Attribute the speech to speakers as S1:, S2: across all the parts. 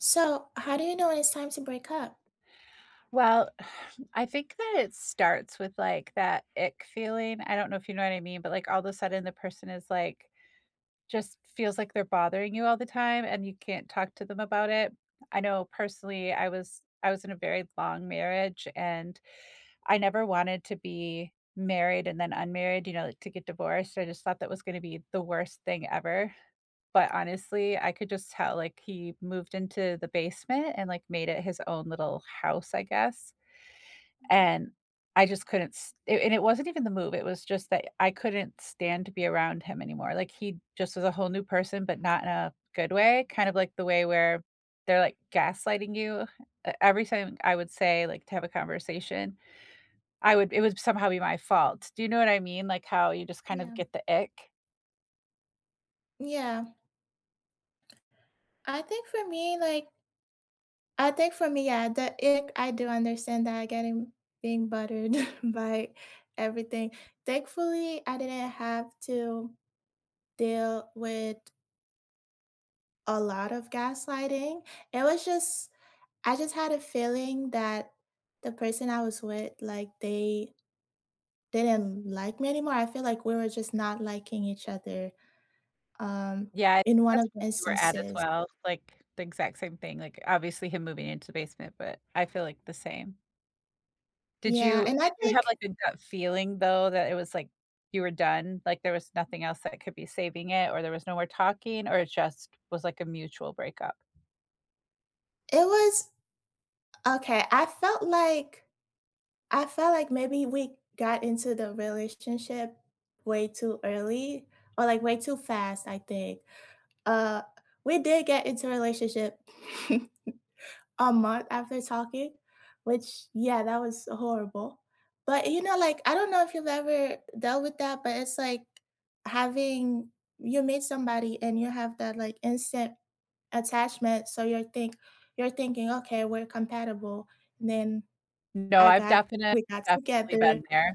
S1: So, how do you know when it's time to break up?
S2: Well, I think that it starts with, like, that ick feeling. I don't know if you know what I mean, but, like, all of a sudden the person is, like, just feels like they're bothering you all the time and you can't talk to them about it. I know personally, I was in a very long marriage, and I never wanted to be married and then unmarried, you know, like, to get divorced. I just thought that was gonna be the worst thing ever, but honestly, I could just tell, like, he moved into the basement and, like, made it his own little house, I guess.
S1: Mhm.
S2: And I just couldn't s it, and it wasn't even the move, it was just that I couldn't stand to be around him anymore. Like, he just was a whole new person, but not in a good way, kind of like the way where they're, like, gaslighting you. E every time I would say, like, to have a conversation, I would, it would somehow be my fault. Do you know what I mean? Like, how you just kind of
S1: Yeah.
S2: get the ick?
S1: Yeah. I think for me, like, I think for me, yeah, the ick, I do understand that getting being buttered by everything. Thankfully, I didn't have to deal with a lot of gaslighting. It was just, I just had a feeling that the person I was with, like, they didn't like me anymore. I feel like we were just not liking each other um,
S2: Yeah,
S1: in one
S2: that's
S1: of the
S2: where we were at as
S1: instances.
S2: well, like, the exact same thing, like, obviously him moving into the basement, but I feel like the same. Did
S1: Yeah,
S2: you
S1: and I
S2: did you have,
S1: think
S2: like, a gut feeling, though, that it was, like, you were done? Like, there was nothing else that could be saving it, or there was no more talking, or it just was, like, a mutual breakup?
S1: it was okay, I felt like maybe we got into the relationship way too early or, like, way too fast, I think. Uh, we did get into a relationship a month after talking, which yeah, that was horrible. But, you know, like, I don't know if you've ever dealt with that, but it's like having you meet somebody and you have that, like, instant attachment, so you're thinking, "Okay, we're compatible." And then
S2: No,
S1: I
S2: I've
S1: got
S2: definitely
S1: we got
S2: definitely
S1: together.
S2: been there.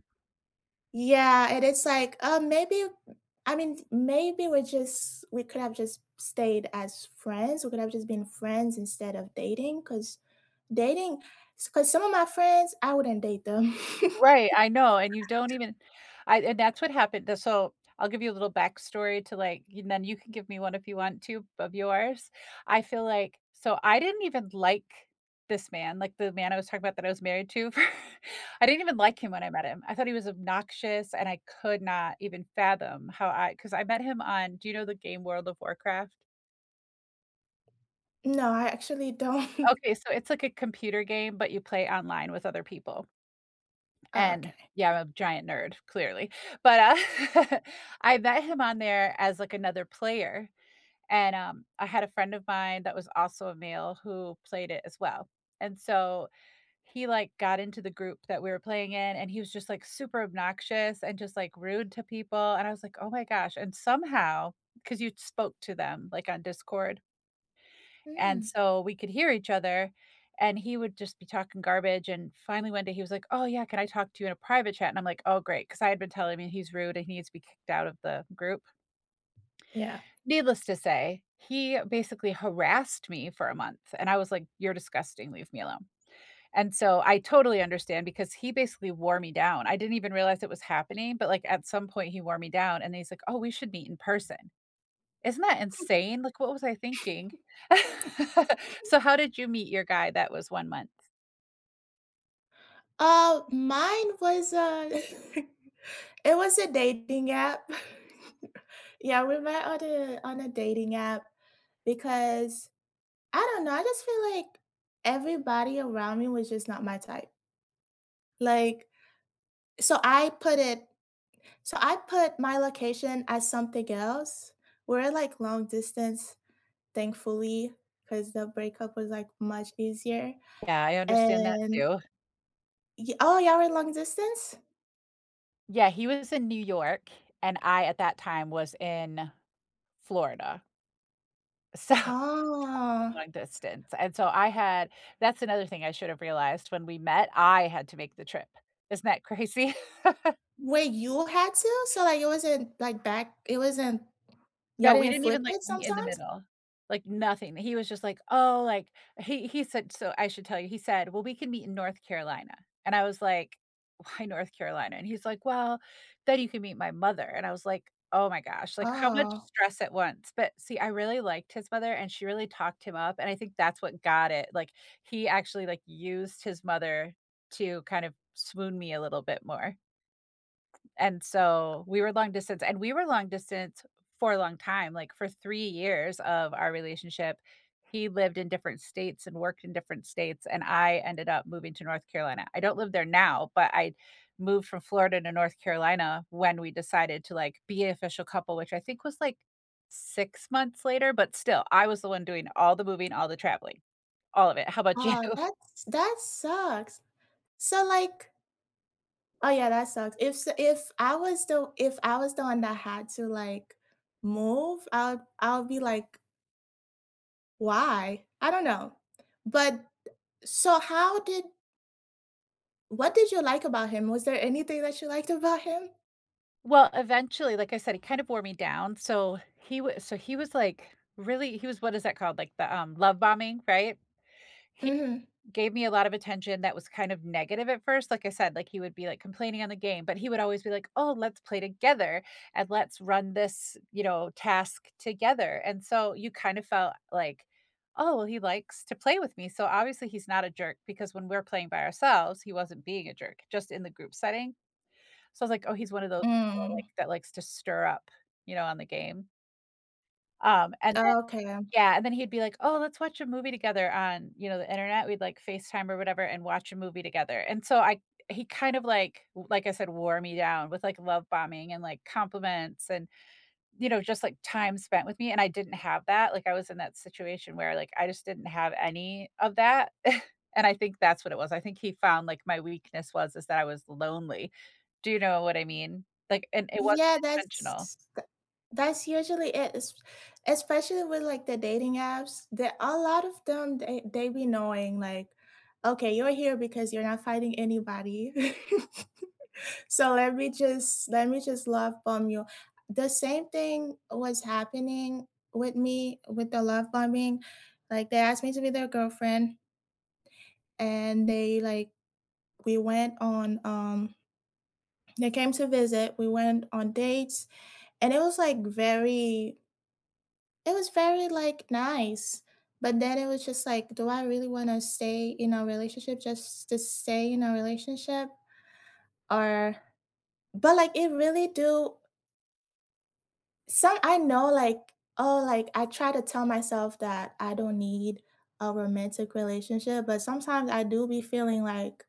S1: Yeah, and it's like, "Oh, maybe" I mean, maybe we could have just stayed as friends, we could have just been friends instead of dating. Because dating, because some of my friends, I wouldn't date them.
S2: Right, I know, and you don't even, I and that's what happened the so, I'll give you a little backstory to, like, and then you can give me one if you want to of yours. I feel like so I didn't even like this man, like, the man I was talking about that I was married to for I didn't even like him when I met him. I thought he was obnoxious, and I could not even fathom how I, because I met him on, do you know the game World of Warcraft?
S1: No, I actually don't.
S2: Okay, so it's like a computer game, but you play online with other people.
S1: Oh,
S2: And
S1: okay.
S2: yeah, I'm a giant nerd, clearly. But, uh, I met him on there as, like, another player, and, I had a friend of mine that was also a male who played it as well, and so he, like, got into the group that we were playing in, and he was just, like, super obnoxious and just, like, rude to people, and I was like, "Oh my gosh," and somehow, because you spoke to them, like, on Discord and
S1: Mm,
S2: so we could hear each other, and he would just be talking garbage, and finally one day he was like, "Oh, yeah, can I talk to you in a private chat?" And I'm like, "Oh, great," because I had been telling him he's rude and he needs to be kicked out of the group.
S1: yeah.
S2: Needless to say, he basically harassed me for a month, and I was like, "You're disgusting, leave me alone." And so I totally understand because he basically wore me down. I didn't even realize it was happening, but, like, at some point he wore me down, and he's like, "Oh, we should meet in person." Isn't that insane? Like, what was I thinking? So, how did you meet your guy that was 1 month?
S1: Mine was, it was a dating app. Yeah, we met on a dating app because I don't know, I just feel like everybody around me was just not my type. Like, so I put it so I put my location as something else. We're like long distance, thankfully, because the breakup was like much easier,
S2: Yeah, I understand that
S1: and
S2: too.
S1: Y oh, y'all were long distance?
S2: Yeah, he was in New York, and I, at that time, was in Florida, so
S1: Oh,
S2: long distance, and so I had, that's another thing I should have realized when we met, I had to make the trip. Isn't that crazy?
S1: wait, you had to? So, like, it wasn't Y'all
S2: No, we
S1: didn't
S2: didn't
S1: flip
S2: even, like,
S1: it
S2: meet in the
S1: sometimes?
S2: middle. Like, nothing. He was just like, "Oh," like, he said, so I should tell you, he said, "Well, we can meet in North Carolina." And I was like, "Why North Carolina?" And he's like, "Well, then you can meet my mother." And I was like, "Oh my gosh, like, how much
S1: Oh.
S2: stress at once?" But see, I really liked his mother, and she really talked him up, and I think that's what got it. Like, he actually, like, used his mother to kind of swoon me a little bit more. And so we were long distance, and we were long distance for a long time, like for 3 years of our relationship. He lived in different states and worked in different states, and I ended up moving to North Carolina. I don't live there now, but I moved from Florida to North Carolina when we decided to, like, be an official couple, which I think was, like, 6 months later, but still, I was the one doing all the moving, all the traveling, all of it. How about you?
S1: Oh, that's that sucks. So, like oh, yeah, that sucks. If I was the if I was the one that had to, like, move, I'll be like, "Why?" I don't know. But so how did what did you like about him? Was there anything that you liked about him?
S2: Well, eventually, like I said, he kind of wore me down. So he was like really, he was what is that called? Like the love bombing, right? He
S1: Mhm.
S2: gave me a lot of attention that was kind of negative at first. Like I said, like he would be like complaining on the game, but he would always be like, "Oh, let's play together and let's run this, you know, task together." And so you kind of felt like, "Oh, well, he likes to play with me." So obviously, he's not a jerk because when we're playing by ourselves, he wasn't being a jerk. Just in the group setting, so I was like, "Oh, he's one of those people, like,
S1: Mm.
S2: that likes to stir up, you know, on the game." And then
S1: Okay.
S2: yeah, and then he'd be like, "Oh, let's watch a movie together on, you know, the internet." We'd, like, FaceTime or whatever and watch a movie together, and so I, he kind of, like I said, wore me down with, like, love bombing and, like, compliments and, you know, just, like, time spent with me, and I didn't have that. Like, I was in that situation where, like, I just didn't have any of that, and I think that's what it was. I think he found, like, my weakness was is that I was lonely. Do you know what I mean? Like, and it wasn't
S1: Yeah,
S2: intentional.
S1: that's usually it, es especially with, like, the dating apps. That a lot of them, they be knowing, like, "Okay, you're here because you're not fighting anybody. So let me just love bomb you." The same thing was happening with me with the love bombing. Like, they asked me to be their girlfriend, and they, like, we went on, they came to visit, we went on dates, and it was, like, very it was very, like, nice, but then it was just like, do I really wanna stay in a relationship just to stay in a relationship? Or but, like, it really do some I know, like, oh, like, I try to tell myself that I don't need a romantic relationship, but sometimes I do be feeling like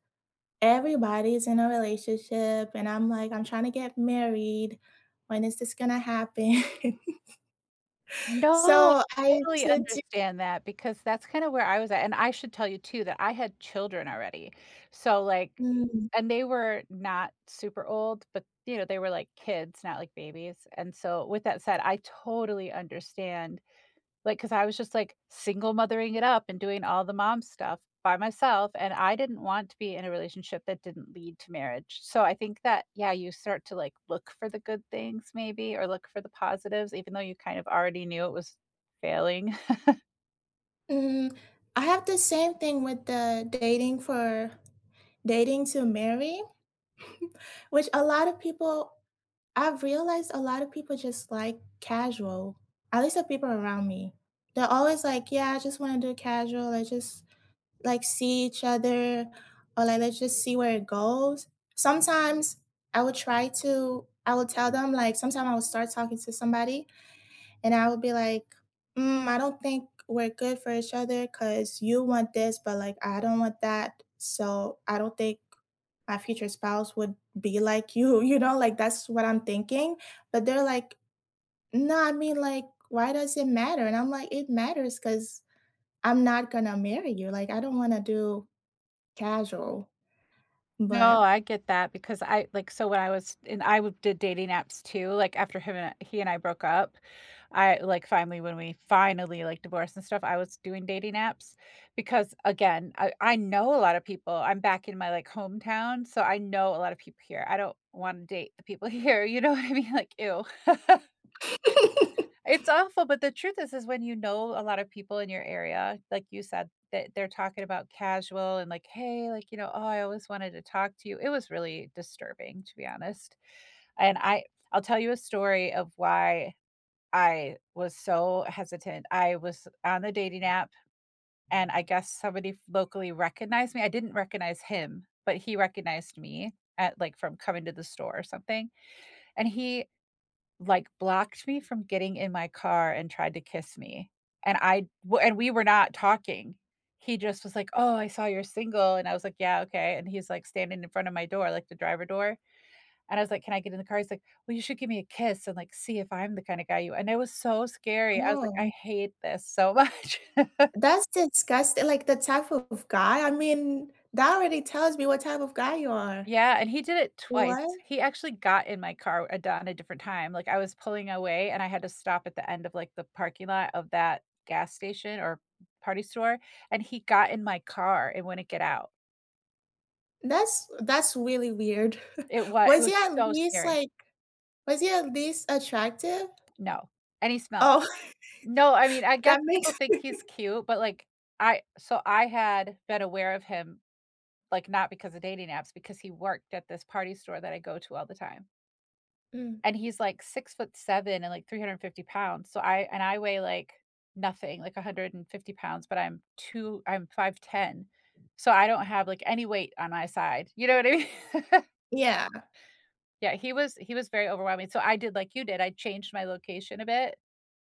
S1: everybody's in a relationship, and I'm like, "I'm trying to get married. When is this gonna happen?"
S2: No,
S1: So
S2: I
S1: I
S2: totally
S1: tend to
S2: understand that because that's kinda where I was at, and I should tell you too that I had children already. So, like,
S1: mm.
S2: and they were not super old, but, you know, they were like kids, not like babies, and so with that said, I totally understand. Like, cause I was just, like, single mothering it up and doing all the mom stuff by myself, and I didn't want to be in a relationship that didn't lead to marriage. So I think that, yeah, you start to, like, look for the good things maybe or look for the positives even though you kind of already knew it was failing.
S1: Mhm. I have the same thing with the dating for dating to marry, which a lot of people I've realized a lot of people just like casual, at least the people around me. They're always like, "Yeah, I just want to do casual. Let's just like see each other, or like let's just see where it goes." Sometimes I would tell them like, sometimes I would start talking to somebody, and I would be like, mm, I don't think we're good for each other because you want this, but like, I don't want that. So I don't think my future spouse would be like you, you know, like that's what I'm thinking. But they're like, no, I mean, like, why does it matter? And I'm like, it matters because I'm not going to marry you. Like, I don't want to do casual.
S2: No,
S1: But
S2: I get that because I, like, so when I was, and I w did dating apps too, like, after him, and he and I broke up, I, like, finally when we finally, like, divorced and stuff, I was doing dating apps because, again, I know a lot of people. I'm back in my, like, hometown, so I know a lot of people here. I don't wanna date the people here, you know what I mean? Like, ew. It's awful, but the truth is when you know a lot of people in your area, like you said, that they're talking about casual and like, "Hey, like, you know, oh, I always wanted to talk to you." It was really disturbing, to be honest, and I'll tell you a story of why I was so hesitant. I was on the dating app, and I guess somebody locally recognized me. I didn't recognize him, but he recognized me at, like, from coming to the store or something, and he, like, blocked me from getting in my car and tried to kiss me, and I w and we were not talking. He just was like, "Oh, I saw you're single," and I was like, "Yeah, okay," and he's, like, standing in front of my door, like, the driver door, and I was like, "Can I get in the car?" He's like, "Well, you should give me a kiss and, like, see if I'm the kinda guy you," and it was so scary. I was like, "I
S1: oh,
S2: hate this so much."
S1: that's disgusting. Like, the type of guy, I mean, that already tells me what type of guy you are.
S2: Yeah, and he did it
S1: What?
S2: twice. He actually got in my car a done a different time. Like, I was pulling away, and I had to stop at the end of, like, the parking lot of that gas station or party store, and he got in my car and wouldn't get out.
S1: That's really weird.
S2: It was it
S1: Was
S2: was
S1: he at
S2: so
S1: least,
S2: scary.
S1: like, was he at least attractive?
S2: No, and he smelled.
S1: Oh,
S2: No, I mean, I guess
S1: that
S2: people
S1: makes
S2: think he's cute, but, like, I so I had been aware of him, like, not because of dating apps, because he worked at this party store that I go to all the time.
S1: mm,
S2: And he's like 6'7" and like 350 pounds. So I and I weigh like nothing, like 150 pounds, but I'm 5'10. So I don't have like any weight on my side. You know what I mean?
S1: yeah.
S2: Yeah, he was very overwhelming. So I did like you did. I changed my location a bit.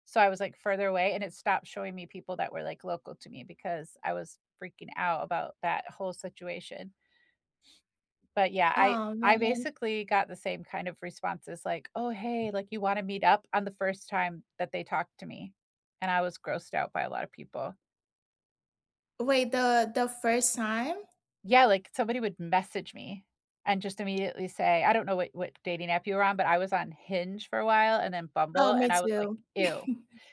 S2: So I was like further away and it stopped showing me people that were like local to me because I was freaking out about that whole situation. But yeah, I
S1: Oh,
S2: I
S1: man.
S2: basically got the same kind of responses like, "Oh, hey, like, you wanna meet up?" on the first time that they talked to me, and I was grossed out by a lot of people.
S1: Wait, the first time?
S2: Yeah, like, somebody would message me and just immediately say I don't know what dating app you were on, but I was on Hinge for a while and then Bumble,
S1: Oh,
S2: and
S1: me
S2: I was like,
S1: too.
S2: "Ew."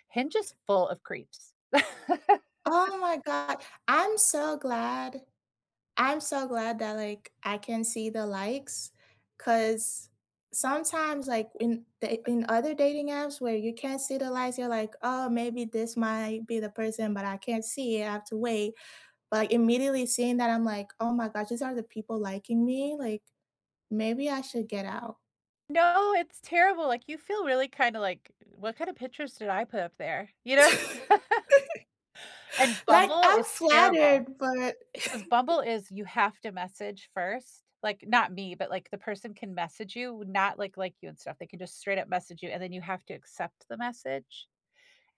S2: Hinge is full of creeps.
S1: Oh my god. I'm so glad I'm so glad that, like, I can see the likes, because sometimes, like, in the in other dating apps where you can't see the likes, you're like, "Oh, maybe this might be the person, but I can't see it, I have to wait." But, like, immediately seeing that, I'm like, "Oh my gosh, these are the people liking me, like, maybe I should get out."
S2: No, it's terrible, like, you feel really kinda like, "What kind of pictures did I put up there?" You know? And
S1: Like,
S2: Bumble
S1: I'm
S2: is terrible.
S1: flattered, but
S2: 'Cause Bumble is you have to message first, like, not me, but, like, the person can message you, not, like you and stuff, they can just straight up message you, and then you have to accept the message,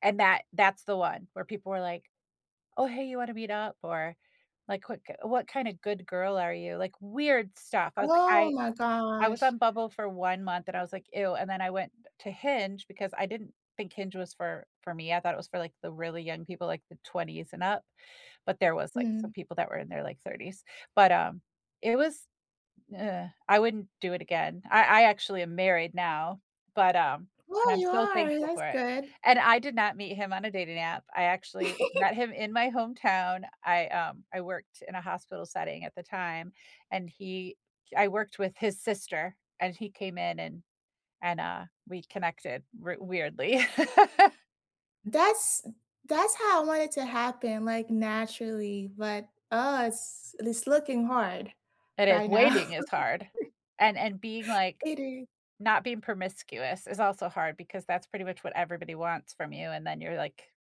S2: and that's the one where people were like, "Oh, hey, you wanna meet up?" or, like, "What kinda good girl are you?" Like, weird stuff. I was like
S1: Oh
S2: I
S1: my
S2: I was
S1: gosh.
S2: on Bumble for 1 month, and I was like, "Ew," and then I went to Hinge because I didn't think Hinge was for me, I thought it was for, like, the really young people, like, the 20s and up. But there was, like, some
S1: Mm.
S2: people that were in their, like, 30s. But, it was, ugh, I wouldn't do it again. I actually am married now, but, and
S1: Well,
S2: I'm
S1: you
S2: so
S1: are,
S2: thankful
S1: that's
S2: for it.
S1: good.
S2: And I did not meet him on a dating app. I actually met him in my hometown. I worked in a hospital setting at the time, and he I worked with his sister, and he came in and we connected re weirdly.
S1: That's that's how I want it to happen, like, naturally, but, oh, it's looking hard
S2: It is.
S1: right now.
S2: Waiting is hard. And being, like,
S1: It is.
S2: not being promiscuous is also hard because that's pretty much what everybody wants from you, and then you're, like,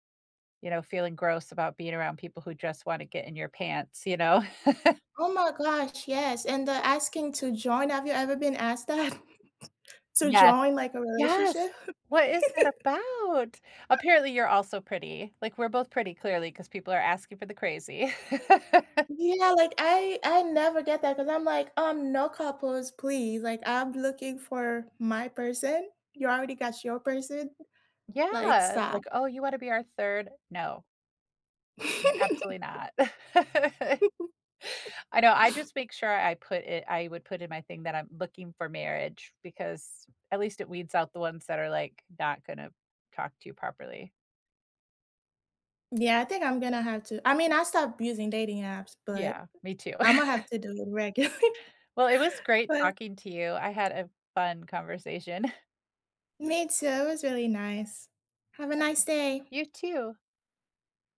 S2: you know, feeling gross about being around people who just wanna get in your pants, you know?
S1: Oh my gosh, yes, and the asking to join have you ever been asked that? To
S2: Yes.
S1: join, like, a
S2: Yes.
S1: relationship?
S2: What is that about? Apparently, you're also pretty. Like, we're both pretty clearly because people are asking for the crazy.
S1: Yeah, like, I never get that because 'cause I'm like, no couples, please, like, I'm looking for my person. You already got your person, like,
S2: Yeah,
S1: stop."
S2: like, "Oh, you wanna be our 3rd?" No, n absolutely not. I know, I just make sure I would put in my thing that I'm looking for marriage because at least it weeds out the ones that are, like, not gonna talk to you properly.
S1: Yeah, I think I'm gonna have to I mean, I stopped using dating apps, but
S2: Yeah, me too.
S1: Imma have to do it regularly.
S2: Well, it was great
S1: But
S2: talking to you. I had a fun conversation.
S1: me too, it was really nice. Have a nice day.
S2: You too.